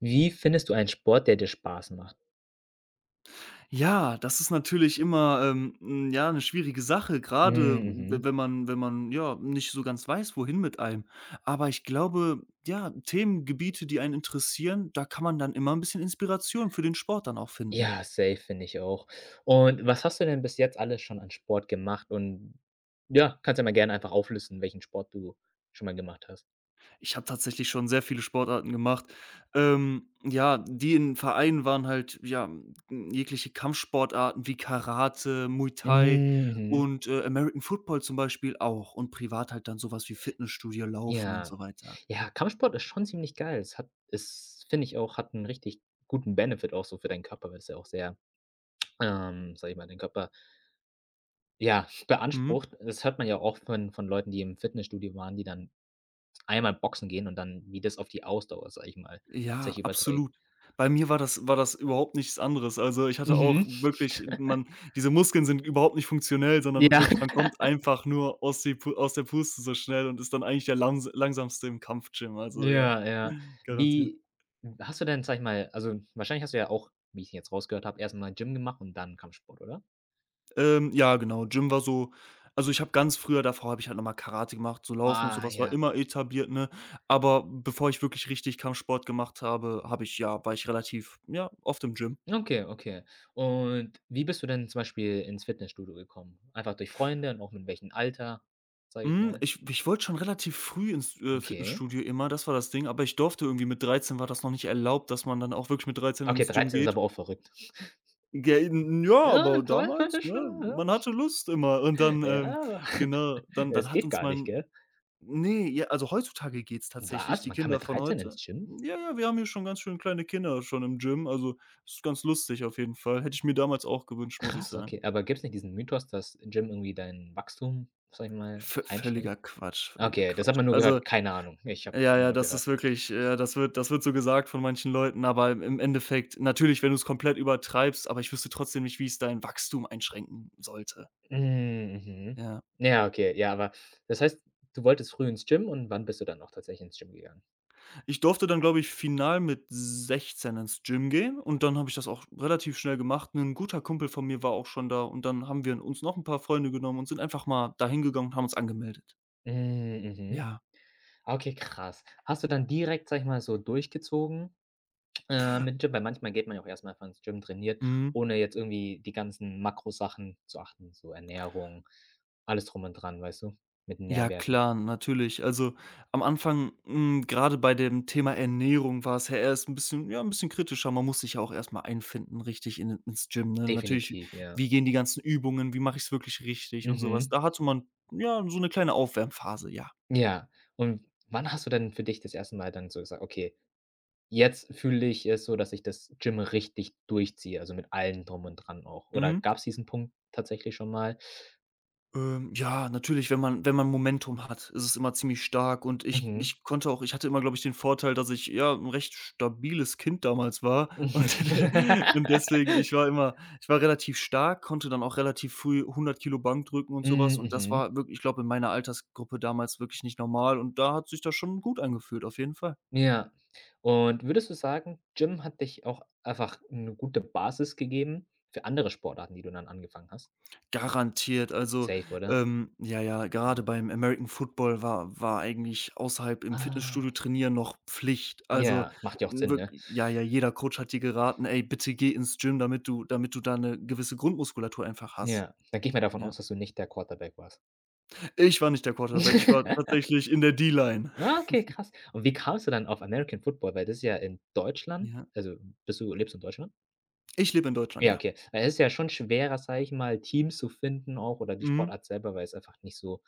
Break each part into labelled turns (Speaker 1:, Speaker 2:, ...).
Speaker 1: Wie findest du einen Sport, der dir Spaß macht?
Speaker 2: Ja, das ist natürlich immer, ja, eine schwierige Sache, gerade
Speaker 1: Hm,
Speaker 2: w
Speaker 1: mhm.
Speaker 2: wenn man ja, nicht so ganz weiß, wohin mit einem. Aber ich glaube, ja, Themengebiete, die einen interessieren, da kann man dann immer ein bisschen Inspiration für den Sport dann auch finden.
Speaker 1: Ja, safe, finde ich auch. Und was hast du denn bis jetzt alles schon an Sport gemacht? Und ja, kannst ja mal gerne einfach auflisten, welchen Sport du schon mal gemacht hast.
Speaker 2: Ich habe tatsächlich schon sehr viele Sportarten gemacht, ja, die in Vereinen waren, halt, ja, jegliche Kampfsportarten wie Karate, Muay Thai
Speaker 1: Hm, mhm.
Speaker 2: und, American Football zum Beispiel auch, und privat halt dann sowas wie Fitnessstudio, Laufen und
Speaker 1: Ja,
Speaker 2: so weiter.
Speaker 1: ja, Kampfsport ist schon ziemlich geil. Es hat es finde ich auch, hat einen richtig guten Benefit auch so für deinen Körper, weil es ja auch sehr, sage ich mal, den Körper, ja,
Speaker 2: Mhm.
Speaker 1: beansprucht. Das hört man ja auch von Leuten, die im Fitnessstudio waren, die dann einmal boxen gehen und dann wie das auf die Ausdauer, sage ich mal,
Speaker 2: Ja,
Speaker 1: sich überträgt.
Speaker 2: absolut. Bei mir war das, überhaupt nichts anderes. Also, ich hatte auch
Speaker 1: Mhm.
Speaker 2: wirklich, man diese Muskeln sind überhaupt nicht funktionell, sondern
Speaker 1: Ja,
Speaker 2: wirklich, man kommt einfach nur aus die Pu aus der Puste so schnell und ist dann eigentlich der Langsamste im Kampf-Gym. Also, ja,
Speaker 1: ja, ja.
Speaker 2: garantiert.
Speaker 1: Wie hast du denn, sage ich mal also, wahrscheinlich hast du ja auch, wie ich jetzt rausgehört habe, erst mal Gym gemacht und dann Kampfsport, oder?
Speaker 2: Ja, genau, Gym war so also, ich habe ganz früher davor habe ich halt noch mal Karate gemacht, so Laufen und so
Speaker 1: Ah,
Speaker 2: was war
Speaker 1: ja.
Speaker 2: immer etabliert, ne? Aber bevor ich wirklich richtig Kampfsport gemacht habe, habe ich ja war ich relativ, ja, oft im Gym.
Speaker 1: Okay, okay. Und wie bist du denn zum Beispiel ins Fitnessstudio gekommen? Einfach durch Freunde und auch mit welchem Alter, sage ich
Speaker 2: Hm,
Speaker 1: mal?
Speaker 2: ich wollte schon relativ früh ins,
Speaker 1: Okay.
Speaker 2: Fitnessstudio immer, das war das Ding, aber ich durfte irgendwie, mit 13 war das noch nicht erlaubt, dass man dann auch wirklich mit 13
Speaker 1: Okay,
Speaker 2: ins Gym
Speaker 1: 13 ist
Speaker 2: geht.
Speaker 1: aber auch verrückt.
Speaker 2: Ja, n ja,
Speaker 1: Ja,
Speaker 2: aber
Speaker 1: 12
Speaker 2: damals, ne,
Speaker 1: schon,
Speaker 2: man hatte Lust immer, und dann,
Speaker 1: ja,
Speaker 2: genau, dann
Speaker 1: es
Speaker 2: dann hat
Speaker 1: geht
Speaker 2: uns
Speaker 1: gar nicht,
Speaker 2: mein
Speaker 1: gell?
Speaker 2: ne, ja, also heutzutage geht's tatsächlich,
Speaker 1: Was?
Speaker 2: die
Speaker 1: Man kann
Speaker 2: Kinder
Speaker 1: mit
Speaker 2: von
Speaker 1: 13 ins
Speaker 2: heute,
Speaker 1: Gym?
Speaker 2: ja, ja, wir haben hier schon ganz schön kleine Kinder schon im Gym, also ist ganz lustig auf jeden Fall. Hätte ich mir damals auch gewünscht, muss ich
Speaker 1: Krass,
Speaker 2: sagen.
Speaker 1: okay. Aber gibt's nicht diesen Mythos, dass Gym irgendwie dein Wachstum, sag ich mal,
Speaker 2: V
Speaker 1: einschränkt?
Speaker 2: Völliger Quatsch, völliger
Speaker 1: Okay, das hat
Speaker 2: Quatsch.
Speaker 1: man nur
Speaker 2: Also,
Speaker 1: gehört. Keine Ahnung. Ich habe
Speaker 2: ja,
Speaker 1: immer
Speaker 2: ja,
Speaker 1: nur
Speaker 2: das
Speaker 1: gehört.
Speaker 2: ist wirklich das wird, das wird so gesagt von manchen Leuten, aber im Endeffekt natürlich, wenn du es komplett übertreibst, aber ich wüsste trotzdem nicht, wie es dein Wachstum einschränken sollte.
Speaker 1: Hm, mhm.
Speaker 2: Ja.
Speaker 1: Ja, okay. Ja, aber das heißt, du wolltest früh ins Gym, und wann bist du dann auch tatsächlich ins Gym gegangen?
Speaker 2: Ich durfte dann, glaube ich, final mit 16 ins Gym gehen, und dann habe ich das auch relativ schnell gemacht. Ein guter Kumpel von mir war auch schon da, und dann haben wir uns noch ein paar Freunde genommen und sind einfach mal da hingegangen und haben uns angemeldet.
Speaker 1: Hm, mhm.
Speaker 2: Ja,
Speaker 1: Okay, krass. Hast du dann direkt, sag ich mal, so durchgezogen? Mit Gym, weil manchmal geht man ja auch erstmal mal einfach ins Gym, trainiert,
Speaker 2: mhm.
Speaker 1: ohne jetzt irgendwie die ganzen Makrosachen zu achten, so Ernährung, alles drum und dran, weißt du? Mit
Speaker 2: Ja
Speaker 1: Nährwerten.
Speaker 2: klar, natürlich. Also, am Anfang, grade bei dem Thema Ernährung war es ja erst ein bisschen, ja, ein bisschen kritischer. Man muss sich ja auch erstmal einfinden richtig in ins Gym, ne? Natürlich,
Speaker 1: Definitiv, ja.
Speaker 2: wie gehen die ganzen Übungen, wie mache ich's wirklich richtig und sowas.
Speaker 1: Mhm.
Speaker 2: Da hatte man, ja, so eine kleine Aufwärmphase, ja.
Speaker 1: Ja. Und wann hast du denn für dich das erste Mal dann so gesagt: „Okay, jetzt fühle ich es so, dass ich das Gym richtig durchziehe", also, mit allem drum und dran auch? Oder
Speaker 2: Mhm.
Speaker 1: gab es diesen Punkt tatsächlich schon mal?
Speaker 2: Ja, natürlich, wenn man wenn man Momentum hat, ist es immer ziemlich stark, und ich
Speaker 1: Mhm.
Speaker 2: ich konnte auch, ich hatte immer, glaube ich, den Vorteil, dass ich, ja, ein recht stabiles Kind damals war und und deswegen, ich war immer, ich war relativ stark, konnte dann auch relativ früh 100 Kilo Bank drücken und sowas, und das
Speaker 1: Mhm.
Speaker 2: war wirklich, ich glaube, in meiner Altersgruppe damals wirklich nicht normal, und da hat sich das schon gut angefühlt, auf jeden Fall.
Speaker 1: Ja. Und würdest du sagen, Gym hat dich auch einfach 'ne gute Basis gegeben für andere Sportarten, die du dann angefangen hast?
Speaker 2: Garantiert. Also,
Speaker 1: Safe, oder?
Speaker 2: ja, ja, gerade
Speaker 1: Ja.
Speaker 2: beim American Football war, eigentlich außerhalb im
Speaker 1: Ah.
Speaker 2: Fitnessstudio trainieren noch Pflicht. Also,
Speaker 1: Ja, macht ja auch Sinn,
Speaker 2: wirk
Speaker 1: ne?
Speaker 2: ja, ja, jeder Coach hat dir geraten: „Ey, bitte geh ins Gym, damit du, damit du da eine gewisse Grundmuskulatur einfach hast.“
Speaker 1: Ja, dann gehe ich mal davon
Speaker 2: Ja.
Speaker 1: aus, dass du nicht der Quarterback warst.
Speaker 2: Ich war nicht der Quarterback, ich war tatsächlich in der D-Line.
Speaker 1: Ah, okay, krass. Und wie kamst du dann auf American Football? Weil das ist ja in Deutschland
Speaker 2: Ja.
Speaker 1: also, bist du lebst du in Deutschland?
Speaker 2: Ich lebe in Deutschland,
Speaker 1: Ja,
Speaker 2: ja.
Speaker 1: okay. Weil es ist ja schon schwerer, sage ich mal, Teams zu finden auch oder die
Speaker 2: Mhm.
Speaker 1: Sportart selber, weil es einfach nicht so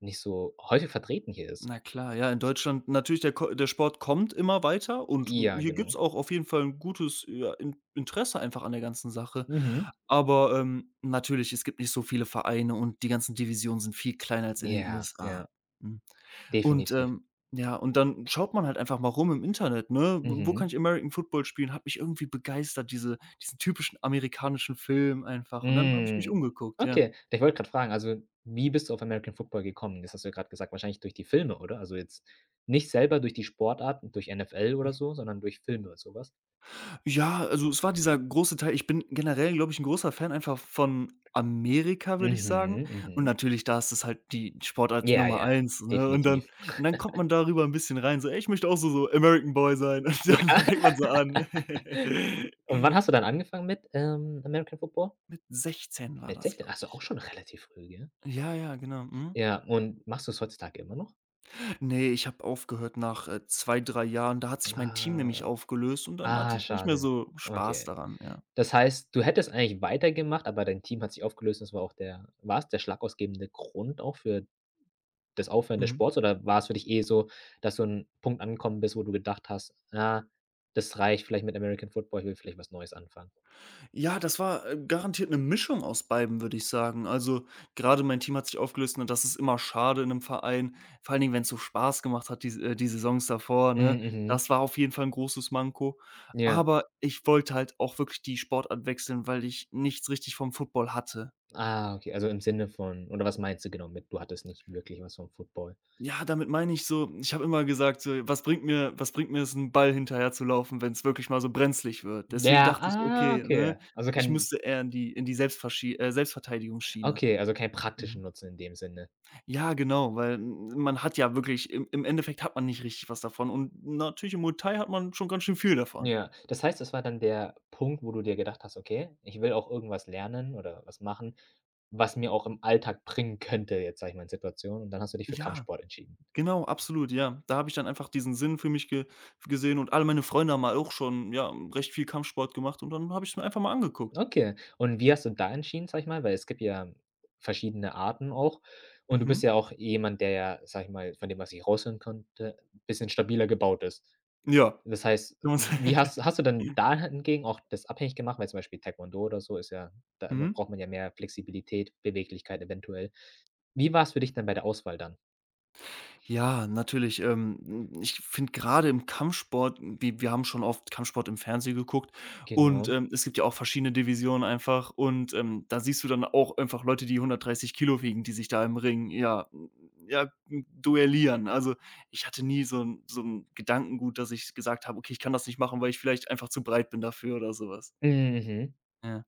Speaker 1: nicht so häufig vertreten hier ist.
Speaker 2: Na klar, ja, in Deutschland natürlich, der Sport kommt immer weiter, und,
Speaker 1: Ja,
Speaker 2: hier
Speaker 1: genau.
Speaker 2: gibt's auch auf jeden Fall ein gutes, ja, In Interesse einfach an der ganzen Sache.
Speaker 1: Mhm.
Speaker 2: Aber, natürlich, es gibt nicht so viele Vereine, und die ganzen Divisionen sind viel kleiner als in den
Speaker 1: Ja,
Speaker 2: USA.
Speaker 1: ja,
Speaker 2: Mhm. Und,
Speaker 1: definitiv.
Speaker 2: ja, und dann schaut man halt einfach mal rum im Internet, ne? W Wo kann
Speaker 1: Mhm.
Speaker 2: ich American Football spielen? Hat mich irgendwie begeistert, diesen typischen amerikanischen Film einfach. Und dann habe ich mich
Speaker 1: Hm.
Speaker 2: umgeguckt, ja.
Speaker 1: Okay, ich wollte gerade fragen, also, wie bist du auf American Football gekommen? Das hast du ja grad gesagt, wahrscheinlich durch die Filme, oder? Also, jetzt nicht selber durch die Sportart, durch NFL oder so, sondern durch Filme und sowas?
Speaker 2: Ja, also es war dieser große Teil, ich bin generell, glaube ich, ein großer Fan einfach von Amerika, würde ich sagen.
Speaker 1: Mhm,
Speaker 2: Und
Speaker 1: mhm.
Speaker 2: natürlich, da ist es halt die Sportart
Speaker 1: Ja,
Speaker 2: Nummer
Speaker 1: ja,
Speaker 2: eins, ne? Und dann,
Speaker 1: definitiv.
Speaker 2: und dann kommt man darüber ein bisschen rein, so: „Ey, ich möchte auch so, American Boy sein.“ Und dann
Speaker 1: Ja,
Speaker 2: fängt man so an.
Speaker 1: und wann hast du dann angefangen mit, American Football?
Speaker 2: Mit 16 war
Speaker 1: Mit
Speaker 2: das,
Speaker 1: 16? Ach
Speaker 2: glaube
Speaker 1: so, auch
Speaker 2: ich.
Speaker 1: schon relativ früh, gell?
Speaker 2: Ja, ja, genau, mhm.
Speaker 1: Ja, und machst du es heutzutage immer noch?
Speaker 2: Ne, ich habe aufgehört nach, 2, 3 Jahren. Da hat sich mein Team nämlich
Speaker 1: Ah.
Speaker 2: aufgelöst, und dann hatte
Speaker 1: Ah,
Speaker 2: ich nicht mehr
Speaker 1: schade.
Speaker 2: so Spaß
Speaker 1: Okay.
Speaker 2: daran, ja.
Speaker 1: Das heißt, du hättest eigentlich weitergemacht, aber dein Team hat sich aufgelöst. Das war auch der war es der schlagausgebende Grund auch für das Aufhören des
Speaker 2: Mhm.
Speaker 1: Sports, oder war es für dich eh so, dass du an Punkt angekommen bist, wo du gedacht hast: „Ah, das reicht vielleicht mit American Football, ich will vielleicht was Neues anfangen?"
Speaker 2: Ja, das war, garantiert eine Mischung aus beidem, würde ich sagen. Also, gerade mein Team hat sich aufgelöst, und das ist immer schade in einem Verein, vor allen Dingen, wenn es so Spaß gemacht hat, die die Saisons davor, ne?
Speaker 1: Mhm, mhm.
Speaker 2: Das war auf jeden Fall ein großes Manko.
Speaker 1: Ja.
Speaker 2: Aber ich wollte halt auch wirklich die Sportart wechseln, weil ich nichts richtig vom Football hatte.
Speaker 1: Ah, okay, also im Sinne von, oder was meinst du genau mit, du hattest nicht wirklich was vom Football?
Speaker 2: Ja, damit meine ich so, ich habe immer gesagt, so: „Was bringt mir, was bringt mir es, einen Ball hinterher zu laufen, wenn es wirklich mal so brenzlig wird?“ Deswegen
Speaker 1: Ja,
Speaker 2: dachte ich:
Speaker 1: ah,
Speaker 2: „Okay, ne,
Speaker 1: okay. Also
Speaker 2: ich
Speaker 1: kein
Speaker 2: müsste eher in die, Selbstverschi Selbstverteidigungsschiene.“
Speaker 1: Okay, also keinen praktischen
Speaker 2: Mhm.
Speaker 1: Nutzen in dem Sinne.
Speaker 2: Ja, genau, weil man hat ja wirklich im Endeffekt hat man nicht richtig was davon, und natürlich im Muay Thai hat man schon ganz schön viel davon.
Speaker 1: Ja, das heißt, es war dann der Punkt, wo du dir gedacht hast: „Okay, ich will auch irgendwas lernen oder was machen, was mir auch im Alltag bringen könnte", jetzt, sage ich mal, in Situationen. Und dann hast du dich für
Speaker 2: Ja,
Speaker 1: Kampfsport entschieden.
Speaker 2: genau, absolut, ja. Da habe ich dann einfach diesen Sinn für mich ge gesehen, und alle meine Freunde haben mal auch schon, ja, recht viel Kampfsport gemacht, und dann habe ich es mir einfach mal angeguckt.
Speaker 1: Okay. Und wie hast du da entschieden, sage ich mal? Weil es gibt ja verschiedene Arten auch. Und du
Speaker 2: Mhm.
Speaker 1: bist ja auch jemand, der, ja, sage ich mal, von dem, was ich raushören konnte, ein bisschen stabiler gebaut ist.
Speaker 2: Ja.
Speaker 1: Das heißt, wie hast du denn da hingegen auch das abhängig gemacht? Weil zum Beispiel Taekwondo oder so ist ja da immer,
Speaker 2: Mhm.
Speaker 1: braucht man ja mehr Flexibilität, Beweglichkeit eventuell. Wie war es für dich dann bei der Auswahl dann?
Speaker 2: Ja, natürlich. Ich finde gerade im Kampfsport, wir haben schon oft Kampfsport im Fernsehen geguckt, und,
Speaker 1: Genau.
Speaker 2: es gibt ja auch verschiedene Divisionen einfach, und, da siehst du dann auch einfach Leute, die 130 Kilo wiegen, die sich da im Ring, ja, duellieren. Also, ich hatte nie so 'n, Gedankengut, dass ich gesagt habe: „Okay, ich kann das nicht machen, weil ich vielleicht einfach zu breit bin dafür“, oder sowas.
Speaker 1: Mhm.
Speaker 2: Ja.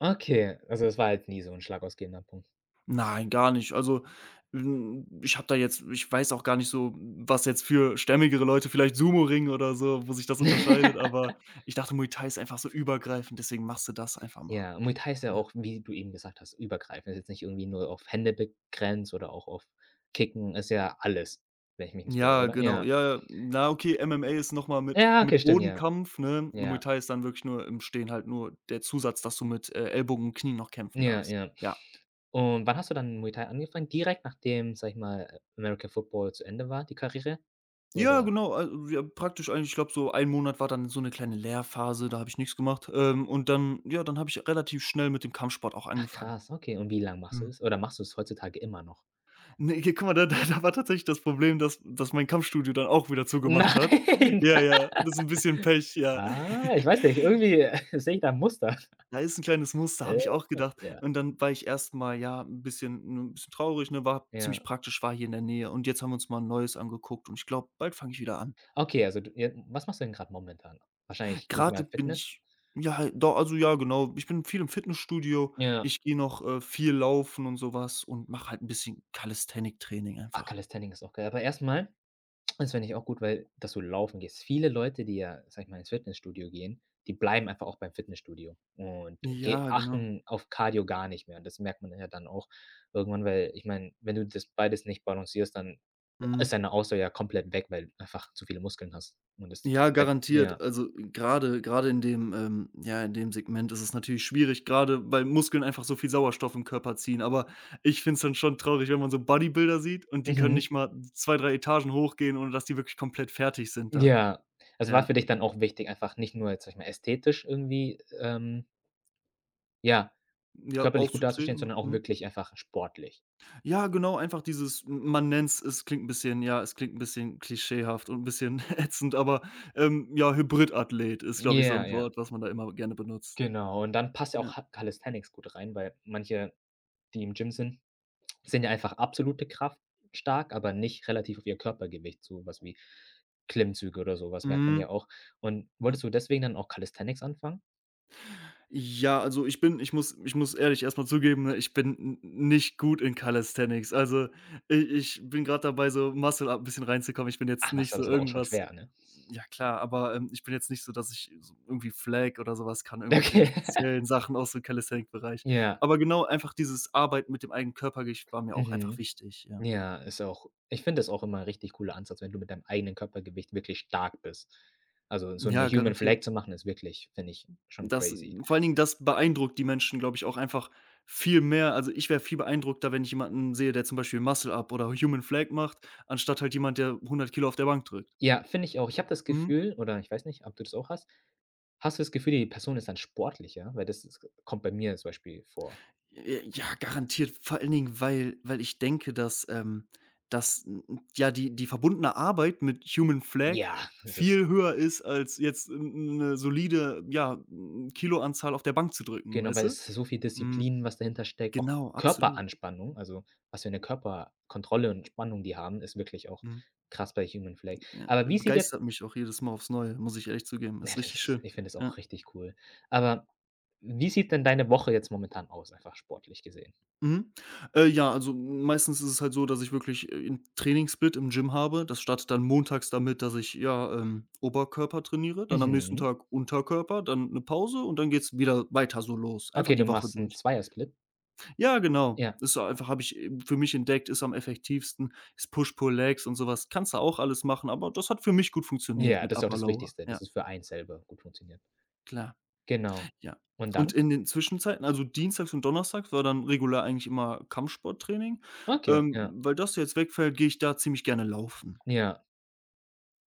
Speaker 1: Okay, also es war jetzt nie so 'n schlagausgebender Punkt.
Speaker 2: Nein, gar nicht. Also, ich habe da jetzt, ich weiß auch gar nicht so, was jetzt für stämmigere Leute vielleicht Sumo-Ring oder so, wo sich das unterscheidet, aber ich dachte, Muay Thai ist einfach so übergreifend, deswegen machst du das einfach mal.
Speaker 1: Ja, Muay Thai ist ja
Speaker 2: Ja.
Speaker 1: auch, wie du eben gesagt hast, übergreifend. Ist jetzt nicht irgendwie nur auf Hände begrenzt oder auch auf Kicken, ist ja alles, wenn ich mich nicht irre,
Speaker 2: Ja,
Speaker 1: oder?
Speaker 2: genau.
Speaker 1: Ja.
Speaker 2: Ja, ja. Na, okay, MMA ist noch mal mit,
Speaker 1: Ja, okay, stimmt, ja.
Speaker 2: Bodenkampf, ne? Und Muay
Speaker 1: Ja.
Speaker 2: Thai ist dann wirklich nur im Stehen, halt nur der Zusatz, dass du mit, Ellbogen und Knien noch kämpfen
Speaker 1: Ja,
Speaker 2: darfst.
Speaker 1: ja.
Speaker 2: Ja.
Speaker 1: Und wann hast du dann Muay Thai angefangen? Direkt nachdem, sage ich mal, American Football zu Ende war, die Karriere?
Speaker 2: Ja,
Speaker 1: Oder
Speaker 2: genau, also, ja, praktisch eigentlich, ich glaube, so ein Monat war dann so eine kleine Lehrphase, da habe ich nichts gemacht. Und dann, ja, dann habe ich relativ schnell mit dem Kampfsport auch
Speaker 1: ach
Speaker 2: angefangen.
Speaker 1: krass, okay. Und wie lang machst du
Speaker 2: Mhm.
Speaker 1: es? Oder machst du es heutzutage immer noch?
Speaker 2: Ne, hier, guck mal, da war tatsächlich das Problem, dass, mein Kampfstudio dann auch wieder zugemacht hat.
Speaker 1: Nein.
Speaker 2: Ja, ja, das ist ein bisschen Pech, ja.
Speaker 1: Ah, ich weiß nicht, irgendwie sehe ich da ein Muster.
Speaker 2: Da ist ein kleines Muster,
Speaker 1: Äh,
Speaker 2: habe ich auch gedacht.
Speaker 1: ja,
Speaker 2: Und dann war ich erst mal, ja, ein bisschen, 'n bisschen traurig, ne? War ziemlich
Speaker 1: ja.
Speaker 2: praktisch, war hier in der Nähe. Und jetzt haben wir uns mal 'n neues angeguckt, und ich glaube, bald fange ich wieder an.
Speaker 1: Okay, also du, ja, was machst du denn gerade momentan? Wahrscheinlich gehe ich mal
Speaker 2: Gerade bin
Speaker 1: Fitness?
Speaker 2: ich, ja, do also, ja, genau. Ich bin viel im Fitnessstudio.
Speaker 1: Ja.
Speaker 2: Ich gehe noch, viel laufen und sowas, und mache halt ein bisschen Calisthenic-Training
Speaker 1: Ach,
Speaker 2: einfach.
Speaker 1: Calisthenics ist auch geil. Aber erstmal. Das finde ich auch gut, weil dass du laufen gehst. Viele Leute, die, ja, sag ich mal, ins Fitnessstudio gehen, die bleiben einfach auch beim Fitnessstudio und ge
Speaker 2: Ja, genau.
Speaker 1: achten auf Cardio gar nicht mehr, und das merkt man ja dann auch irgendwann, weil ich meine, wenn du das beides nicht balancierst, dann ist
Speaker 2: Mhm.
Speaker 1: deine Ausdauer ja komplett weg, weil du einfach zu viele Muskeln hast und das
Speaker 2: Ja,
Speaker 1: verbrennt
Speaker 2: garantiert.
Speaker 1: ja.
Speaker 2: Also, gerade in dem, ja, in dem Segment ist es natürlich schwierig, gerade weil Muskeln einfach so viel Sauerstoff im Körper ziehen. Aber ich finde es dann schon traurig, wenn man so Bodybuilder sieht und die können
Speaker 1: Mhm.
Speaker 2: nicht mal 2 3 Etagen hochgehen, ohne dass die wirklich komplett fertig sind dann.
Speaker 1: Ja. Es war
Speaker 2: Ja.
Speaker 1: für dich dann auch wichtig, einfach nicht nur jetzt, sag ich mal, ästhetisch irgendwie, ja,
Speaker 2: Ja,
Speaker 1: körperlich gut dazustehen,
Speaker 2: aufzutreten.
Speaker 1: sondern auch
Speaker 2: Mhm.
Speaker 1: wirklich einfach sportlich.
Speaker 2: Ja, genau, einfach dieses, man nennt's, es klingt ein bisschen, ja, es klingt ein bisschen klischeehaft und ein bisschen ätzend, aber, ja, Hybridathlet ist, glaube ich, so
Speaker 1: Ja,
Speaker 2: ein
Speaker 1: ja.
Speaker 2: Wort, was man da immer gerne benutzt.
Speaker 1: Genau, und dann passt ja
Speaker 2: Ja.
Speaker 1: auch Ha Calisthenics gut rein, weil manche, die im Gym sind, sind ja einfach absolute Kraft stark, aber nicht relativ auf ihr Körpergewicht, so was wie Klimmzüge oder sowas merkt man
Speaker 2: Mhm.
Speaker 1: ja auch. Und wolltest du deswegen dann auch Calisthenics anfangen?
Speaker 2: Ja, also ich bin, ich muss, ich muss ehrlich erstmal zugeben, ne, ich bin n nicht gut in Calisthenics. Also, ich bin gerade dabei, so Muscle Up 'n bisschen reinzukommen. Ich bin
Speaker 1: Ach,
Speaker 2: jetzt
Speaker 1: machst
Speaker 2: nicht
Speaker 1: du
Speaker 2: so
Speaker 1: das aber auch schon
Speaker 2: irgendwas,
Speaker 1: schwer, ne?
Speaker 2: ja klar, aber, ich bin jetzt nicht so, dass ich so irgendwie Flag oder sowas kann, irgendwelche
Speaker 1: Okay.
Speaker 2: speziellen Sachen aus dem Calisthenic-Bereich.
Speaker 1: Ja,
Speaker 2: Aber genau, einfach dieses Arbeiten mit dem eigenen Körpergewicht war mir auch einfach
Speaker 1: mhm.
Speaker 2: wichtig, ja.
Speaker 1: Ja, ist auch, ich finde das auch immer ein richtig cooler Ansatz, wenn du mit deinem eigenen Körpergewicht wirklich stark bist. Also, so eine
Speaker 2: Ja,
Speaker 1: Human
Speaker 2: garantiert.
Speaker 1: Flag zu machen, ist wirklich, finde ich, schon
Speaker 2: Das,
Speaker 1: crazy.
Speaker 2: vor allen Dingen das beeindruckt die Menschen, glaube ich, auch einfach viel mehr. Also, ich wäre viel beeindruckter, wenn ich jemanden sehe, der zum Beispiel Muscle Up oder Human Flag macht, anstatt halt jemand, der 100 Kilo auf der Bank drückt.
Speaker 1: Ja, finde ich auch. Ich habe das
Speaker 2: Mhm.
Speaker 1: Gefühl, oder ich weiß nicht, ob du das auch hast. Hast du das Gefühl, die Person ist dann sportlicher? Weil das ist, kommt bei mir zum Beispiel vor.
Speaker 2: J Ja, garantiert. Vor allen Dingen, weil weil ich denke, dass n n ja, die verbundene Arbeit mit Human Flag
Speaker 1: Ja. Das ist
Speaker 2: viel höher ist, als jetzt n 'ne solide, ja, Kiloanzahl auf der Bank zu drücken,
Speaker 1: genau,
Speaker 2: weißt
Speaker 1: weil
Speaker 2: du?
Speaker 1: es so viel
Speaker 2: Mhm.
Speaker 1: Disziplin, was dahinter steckt, auch
Speaker 2: Genau, absolut.
Speaker 1: Körperanspannung, also, was für eine Körperkontrolle und Spannung die haben, ist wirklich auch
Speaker 2: Mhm.
Speaker 1: krass bei Human Flag.
Speaker 2: Ja,
Speaker 1: Aber wie sieht jetzt
Speaker 2: begeistert mich auch jedes Mal aufs Neue, muss ich ehrlich zugeben.
Speaker 1: Ja,
Speaker 2: Ist richtig
Speaker 1: das,
Speaker 2: schön.
Speaker 1: ich finde das
Speaker 2: Ja.
Speaker 1: auch richtig cool. Aber wie sieht denn deine Woche jetzt momentan aus, einfach sportlich gesehen?
Speaker 2: Mhm. Ja, also meistens ist es halt so, dass ich wirklich, 'n Trainingssplit im Gym habe. Das startet dann montags damit, dass ich, ja, Oberkörper trainiere, dann am nächsten
Speaker 1: Mhm.
Speaker 2: Tag Unterkörper, dann eine Pause und dann geht's wieder weiter so los.
Speaker 1: Okay,
Speaker 2: Einfach
Speaker 1: du
Speaker 2: die Woche
Speaker 1: machst einen
Speaker 2: durch.
Speaker 1: Zweiersplit?
Speaker 2: Ja, genau.
Speaker 1: Ja.
Speaker 2: Ist so einfach habe ich eben für mich entdeckt, ist am effektivsten. Ist Push-Pull-Legs und sowas. Kannst du auch alles machen, aber das hat für mich gut funktioniert
Speaker 1: Ja,
Speaker 2: mit
Speaker 1: das ist auch
Speaker 2: Upper
Speaker 1: das
Speaker 2: Lower.
Speaker 1: Wichtigste, dass
Speaker 2: Ja,
Speaker 1: es für einen selber gut funktioniert.
Speaker 2: klar.
Speaker 1: Genau.
Speaker 2: Ja.
Speaker 1: Und
Speaker 2: Und
Speaker 1: dann?
Speaker 2: in den Zwischenzeiten, also dienstags und donnerstags war dann regulär eigentlich immer Kampfsporttraining.
Speaker 1: Okay, ja.
Speaker 2: Weil das jetzt wegfällt, gehe ich da ziemlich gerne laufen.
Speaker 1: Ja,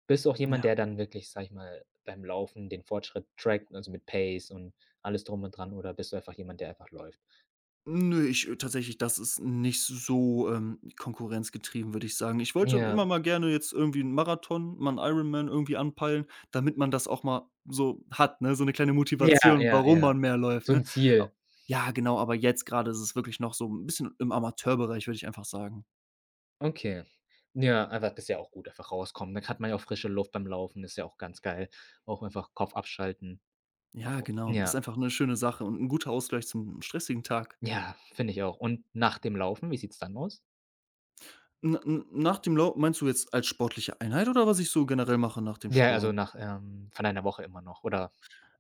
Speaker 1: bist du auch jemand,
Speaker 2: Ja.
Speaker 1: der dann wirklich, sage ich mal, beim Laufen den Fortschritt trackt, also mit Pace und alles drum und dran, oder bist du einfach jemand, der einfach läuft?
Speaker 2: Nö, ich, tatsächlich, das ist nicht so, konkurrenzgetrieben, würde ich sagen. Ich wollte
Speaker 1: Ja,
Speaker 2: immer mal gerne jetzt irgendwie einen Marathon, mal 'n Ironman irgendwie anpeilen, damit man das auch mal so hat, ne, so eine kleine
Speaker 1: ja,
Speaker 2: Motivation,
Speaker 1: ja,
Speaker 2: warum
Speaker 1: ja.
Speaker 2: man mehr läuft,
Speaker 1: So ein
Speaker 2: ne? A
Speaker 1: Ziel.
Speaker 2: Ja, genau, aber jetzt gerade ist es wirklich noch so ein bisschen im Amateurbereich, würde ich einfach sagen.
Speaker 1: Okay. Ja, aber das ist ja auch gut, einfach rauskommen. Dann hat man ja auch frische Luft beim Laufen, ist ja auch ganz geil. Auch einfach Kopf abschalten.
Speaker 2: Ja, genau. Ist
Speaker 1: Ja,
Speaker 2: einfach eine schöne Sache und ein guter Ausgleich zum stressigen Tag.
Speaker 1: ja, finde ich auch. Und nach dem Laufen, wie sieht's dann aus?
Speaker 2: N n Nach dem Lauf meinst du jetzt als sportliche Einheit oder was ich so generell mache nach dem
Speaker 1: Ja, also
Speaker 2: Sport?
Speaker 1: nach, von einer Woche immer noch, oder?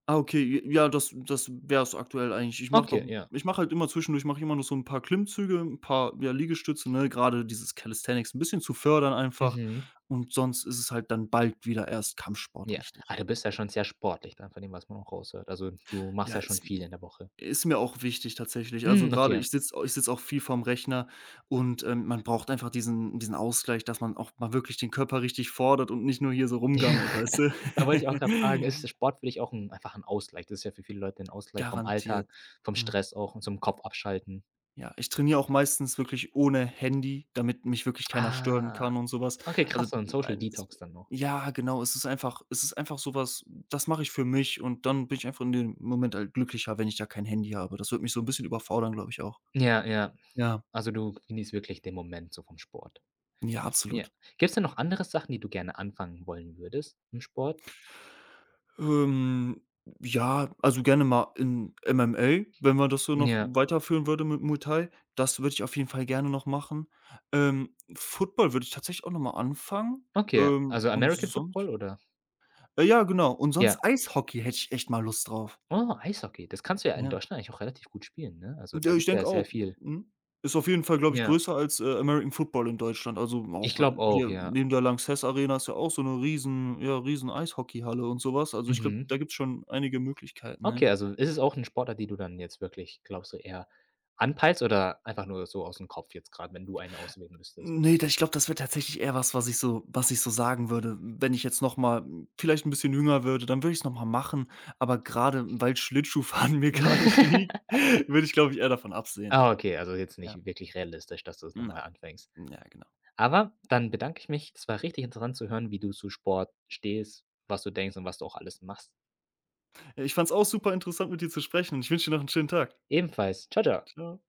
Speaker 2: Ah, okay, ja, das wäre es aktuell eigentlich.
Speaker 1: Okay, ja.
Speaker 2: Ich mache halt immer zwischendurch, mache immer noch so ein paar Klimmzüge, ein paar, ja, Liegestütze, ne, gerade dieses Calisthenics ein bisschen zu fördern einfach,
Speaker 1: Mhm.
Speaker 2: und sonst ist es halt dann bald wieder erst Kampfsport
Speaker 1: Ja. Ah,
Speaker 2: richtig.
Speaker 1: du bist ja schon sehr sportlich dann von dem, was man auch raushört. Also, du machst
Speaker 2: Ja,
Speaker 1: ja schon
Speaker 2: ist
Speaker 1: viel in der Woche.
Speaker 2: Ist mir auch wichtig tatsächlich. Also,
Speaker 1: Hm,
Speaker 2: gerade
Speaker 1: okay.
Speaker 2: ich sitze auch viel vorm Rechner und, man braucht einfach diesen Ausgleich, dass man auch mal wirklich den Körper richtig fordert und nicht nur hier so rumgammelt, weißt du?
Speaker 1: Da wollte ich auch gerade fragen, ist Sport für dich auch 'n einfach ein Ausgleich? Das ist ja für viele Leute ein Ausgleich vom Alltag,
Speaker 2: Garantiert.
Speaker 1: vom
Speaker 2: Mhm.
Speaker 1: Stress auch und zum Kopf abschalten.
Speaker 2: Ja, ich trainiere auch meistens wirklich ohne Handy, damit mich wirklich keiner stören
Speaker 1: Ah,
Speaker 2: kann und sowas.
Speaker 1: okay,
Speaker 2: Also,
Speaker 1: krass, so 'n Social
Speaker 2: nein, es
Speaker 1: Detox dann noch.
Speaker 2: Ja, genau, es ist einfach, sowas, das mache ich für mich, und dann bin ich einfach in dem Moment halt glücklicher, wenn ich da kein Handy habe. Das wird mich so ein bisschen überfordern, glaube ich auch.
Speaker 1: Ja, ja.
Speaker 2: Ja,
Speaker 1: Also, du genießt wirklich den Moment so vom Sport.
Speaker 2: ja,
Speaker 1: Ja.
Speaker 2: absolut.
Speaker 1: Gibt's denn noch andere Sachen, die du gerne anfangen wollen würdest im Sport?
Speaker 2: Ähm, ja, also gerne mal in MMA, wenn man das so noch
Speaker 1: Ja,
Speaker 2: weiterführen würde mit Muay Thai. Das würde ich auf jeden Fall gerne noch machen. Football würde ich tatsächlich auch noch mal anfangen.
Speaker 1: okay.
Speaker 2: Ähm,
Speaker 1: Also,
Speaker 2: und
Speaker 1: American Football
Speaker 2: sonst
Speaker 1: oder?
Speaker 2: äh, ja, genau. Und sonst
Speaker 1: Ja.
Speaker 2: Eishockey hätte ich echt mal Lust drauf.
Speaker 1: Oh, Eishockey. Das kannst du ja in
Speaker 2: Ja.
Speaker 1: Deutschland eigentlich auch relativ gut spielen, ne? Also, da
Speaker 2: Ja, ich
Speaker 1: gibt's ja
Speaker 2: denke
Speaker 1: sehr
Speaker 2: auch.
Speaker 1: viel.
Speaker 2: Mhm. Ist auf jeden Fall, glaube ich,
Speaker 1: Ja,
Speaker 2: größer als, American Football in Deutschland. Also
Speaker 1: ich
Speaker 2: auch,
Speaker 1: glaube auch,
Speaker 2: hier
Speaker 1: ja.
Speaker 2: neben der Lanxess Arena ist ja auch so eine riesen, ja, riesen Eishockeyhalle und sowas. Also, ich glaube,
Speaker 1: Mhm.
Speaker 2: da gibt's schon einige Möglichkeiten, ja.
Speaker 1: Okay, also ist es auch 'ne Sportart, die du dann jetzt wirklich, glaubst du, eher anpeilst oder einfach nur so ausm Kopf jetzt grad, wenn du eine auswählen müsstest?
Speaker 2: Ne, da ich glaube, das wäre tatsächlich eher was, was ich so sagen würde. Wenn ich jetzt noch mal vielleicht ein bisschen jünger würde, dann würde ich es noch mal machen, aber gerade weil Schlittschuhfahren mir gar nicht liegt, würde ich, glaube ich, eher davon absehen.
Speaker 1: Ah, okay, also jetzt
Speaker 2: Ja.
Speaker 1: nicht wirklich realistisch, dass du es noch mal
Speaker 2: Nein.
Speaker 1: anfängst.
Speaker 2: Ja, genau.
Speaker 1: Aber dann bedanke ich mich. Es war richtig interessant zu hören, wie du zu Sport stehst, was du denkst und was du auch alles machst.
Speaker 2: Ich fand es auch super interessant, mit dir zu sprechen, und ich wünsche dir noch einen schönen Tag.
Speaker 1: Ebenfalls. Tschau, tschau.
Speaker 2: Ciao.